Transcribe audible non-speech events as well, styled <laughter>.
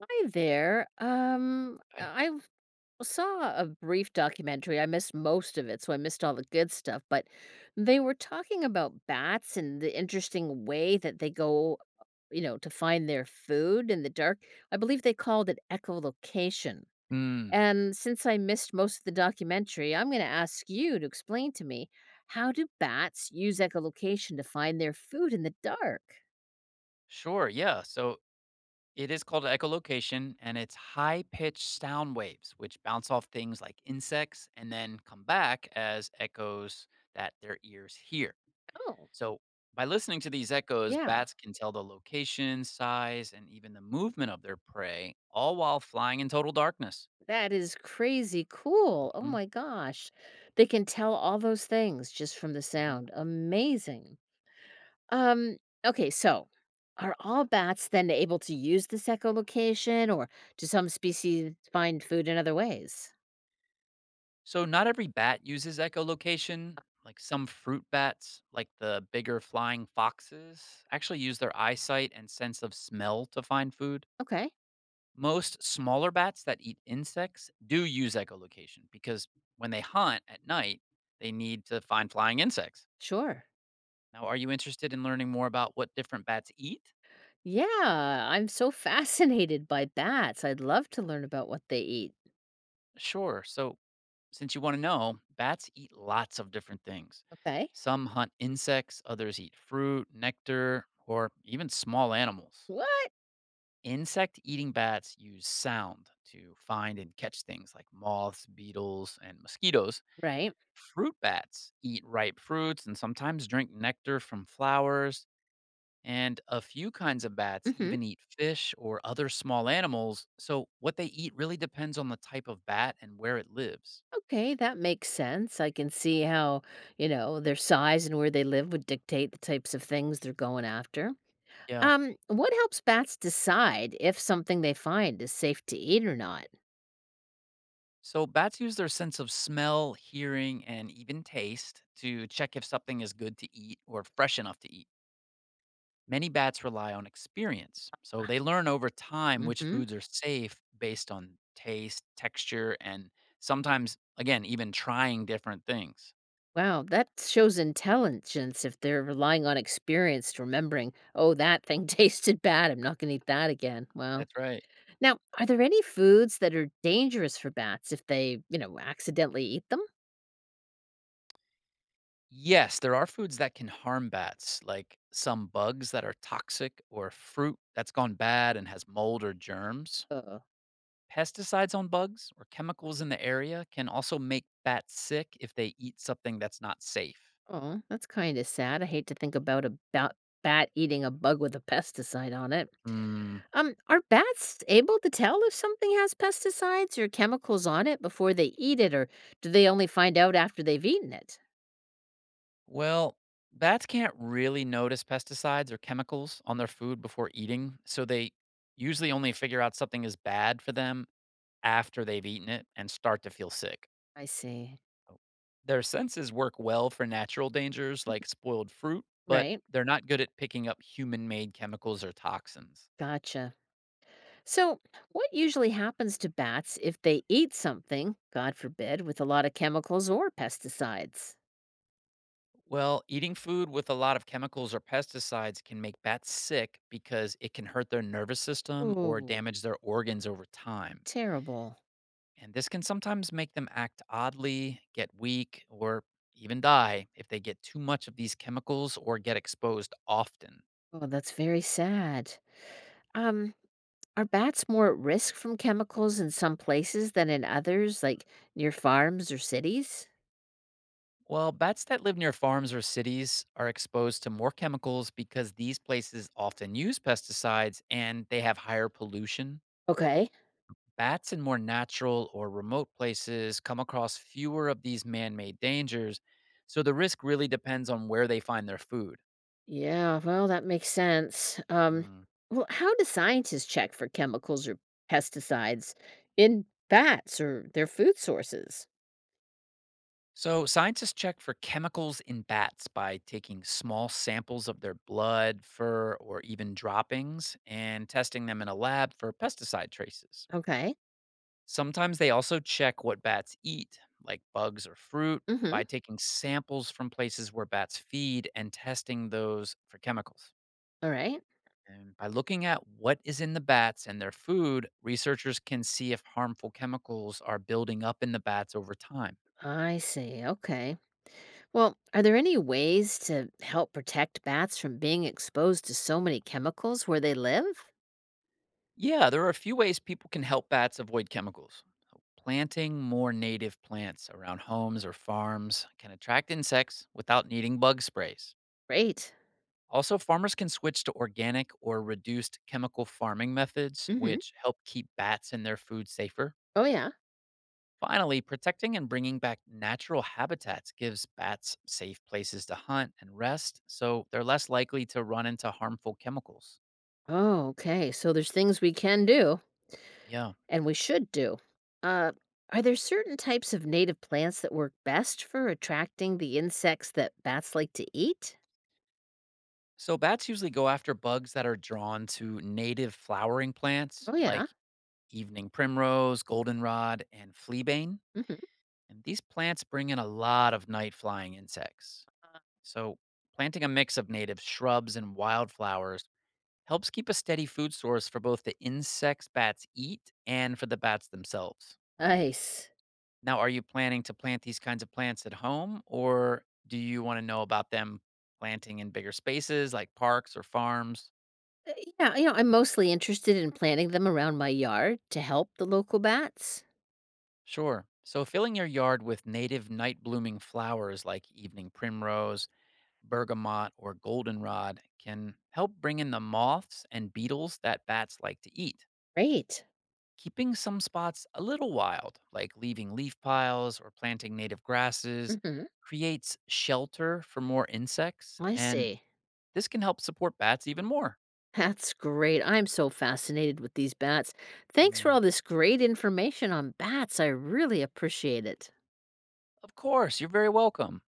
Hi there. I Saw a brief documentary. I missed most of it, so I missed all the good stuff. But they were talking about bats and the interesting way that they go, you know, to find their food in the dark. I believe they called it echolocation. mm, And since I missed most of the documentary, I'm going to ask you to explain to me, how do bats use echolocation to find their food in the dark? sure, yeah. So it is called echolocation, and it's high-pitched sound waves which bounce off things like insects and then come back as echoes that their ears hear. Oh, So by listening to these echoes, yeah. bats can tell the location, size, and even the movement of their prey, all while flying in total darkness. That is crazy cool. Oh Mhm, my gosh. They can tell all those things just from the mhm. sound. Amazing. Um okay, so are all bats then able to use this echolocation, or do some species find food in other ways? So not every bat uses echolocation. Like some fruit bats, like the bigger flying foxes, actually use their eyesight and sense of smell to find food. Okay, Most smaller bats that eat insects do use echolocation because when they hunt at night, they need to find flying insects. sure. Now, are you interested in learning more about what different bats eat? Yeah, I'm so <laughs> fascinated by bats. I'd love to learn about what they eat. Sure. So, since you want to know, bats eat lots of different things. Okay. Some hunt insects, others eat fruit, nectar, or even small animals. What? Insect eating bats use sound to find and catch things like moths, beetles, and mosquitoes. Right. Fruit bats eat ripe fruits and sometimes drink nectar from flowers. And a few kinds of bats Mhm. even eat fish or other small animals. So, what they eat really depends on the type of bat and where it lives. Okay, that makes sense. I can see how, you know, their size and where they live would dictate the types of things they're going after. Yeah. What helps bats decide if something they find is safe to eat or not? So, bats use their sense of smell, hearing, and even taste to check if something is good to eat or fresh enough to eat. Many bats rely on experience, so they learn over time which Hmm. foods are safe based on taste, texture, and sometimes, again, even trying different things. Wow, that shows intelligence if they're relying on experience to remembering, oh, that thing <laughs> tasted bad. I'm not going to eat that again. Wow. That's right. Now, are there any foods that are dangerous for bats if they, you know, accidentally eat them? Yes, there are foods that can harm bats, like some bugs that are toxic or fruit that's gone bad and has mold or germs. Uh, Pesticides on bugs or chemicals in the area can also make bats sick if they eat something that's not safe. oh, that's kind of sad. I hate to think about a bat eating a bug with a pesticide on it. Mm, Are bats able to tell if something has pesticides or chemicals on it before they eat it, or do they only find out after they've eaten it? well, bats can't really notice pesticides or chemicals on their food before eating, so they usually only figure out something is bad for them after they've eaten it and start to feel sick. I see. Oh. Their senses work well for natural dangers like spoiled fruit, but Right. they're not good at picking up human made chemicals or toxins. Gotcha. So, what usually happens to bats if they eat something, God forbid, with a lot of chemicals or pesticides? Well, eating food with a lot of chemicals or pesticides can make bats sick because it can hurt their nervous system or Oh, damage their organs over time. terrible. And this can sometimes make them act oddly, get weak, or even die if they get too much of these chemicals or get exposed often. Oh, that's very sad. Um, Are bats more at risk from chemicals in some places than in others, like near farms or cities? Well, bats that live near farms or cities are exposed to more chemicals because these places often use pesticides and they have higher pollution. Okay. Bats in more natural or remote places come across fewer of these man made dangers, so the risk really depends on where they find their food. Yeah, well, that makes sense. Mm. Well, how do scientists check for chemicals or pesticides in bats or their food sources? So, scientists check for chemicals in bats by taking small samples of their blood, fur, or even droppings and testing them in a lab for pesticide traces. Okay. Sometimes they also check what bats eat, like bugs or fruit, Mm-hmm. by taking samples from places where bats feed and testing those for chemicals. All right. And by looking at what is in the bats and their food, researchers can see if harmful chemicals are building up in the bats over time. I see. Okay. Well, are there any ways to help protect bats from being exposed to so many chemicals where they live? Yeah, there are a few ways people can help bats avoid chemicals. So planting more native plants around homes or farms can attract insects without needing bug sprays. Great. Also, farmers can switch to organic or reduced chemical farming methods, Mm-hmm. which help keep bats and their food safer. Oh, yeah. Finally, protecting and bringing back natural habitats gives bats safe places to hunt and rest, so they're less likely to run into harmful chemicals. Oh, okay. So there's things we can do Yeah. and we should do. Uh, are there certain types of native plants that work best for attracting the insects that bats like to eat? So, bats usually go after bugs that are drawn to native flowering plants Oh, yeah. like evening primrose, goldenrod, and fleabane. Hmm. And these plants bring in a lot of night flying insects. So, planting a mix of native shrubs and wildflowers helps keep a steady food source for both the insects bats eat and for the bats themselves. Nice. Now, are you planning to plant these kinds of plants at home or do you want to know about them planting in bigger spaces like parks or farms? Uh, Yeah, you know, I'm mostly interested in planting them around my yard to help the local bats. Sure. So, filling your yard with native night blooming flowers like evening primrose, bergamot, or goldenrod can help bring in the moths and beetles that bats like to eat. Great. Keeping some spots a little wild, like leaving leaf piles or planting native grasses, Hmm. creates shelter for more insects, I and see. this can help support bats even more. That's great. I'm so fascinated with these bats. Thanks for Mm. all this great information on bats. I really appreciate it. Of course, you're very welcome.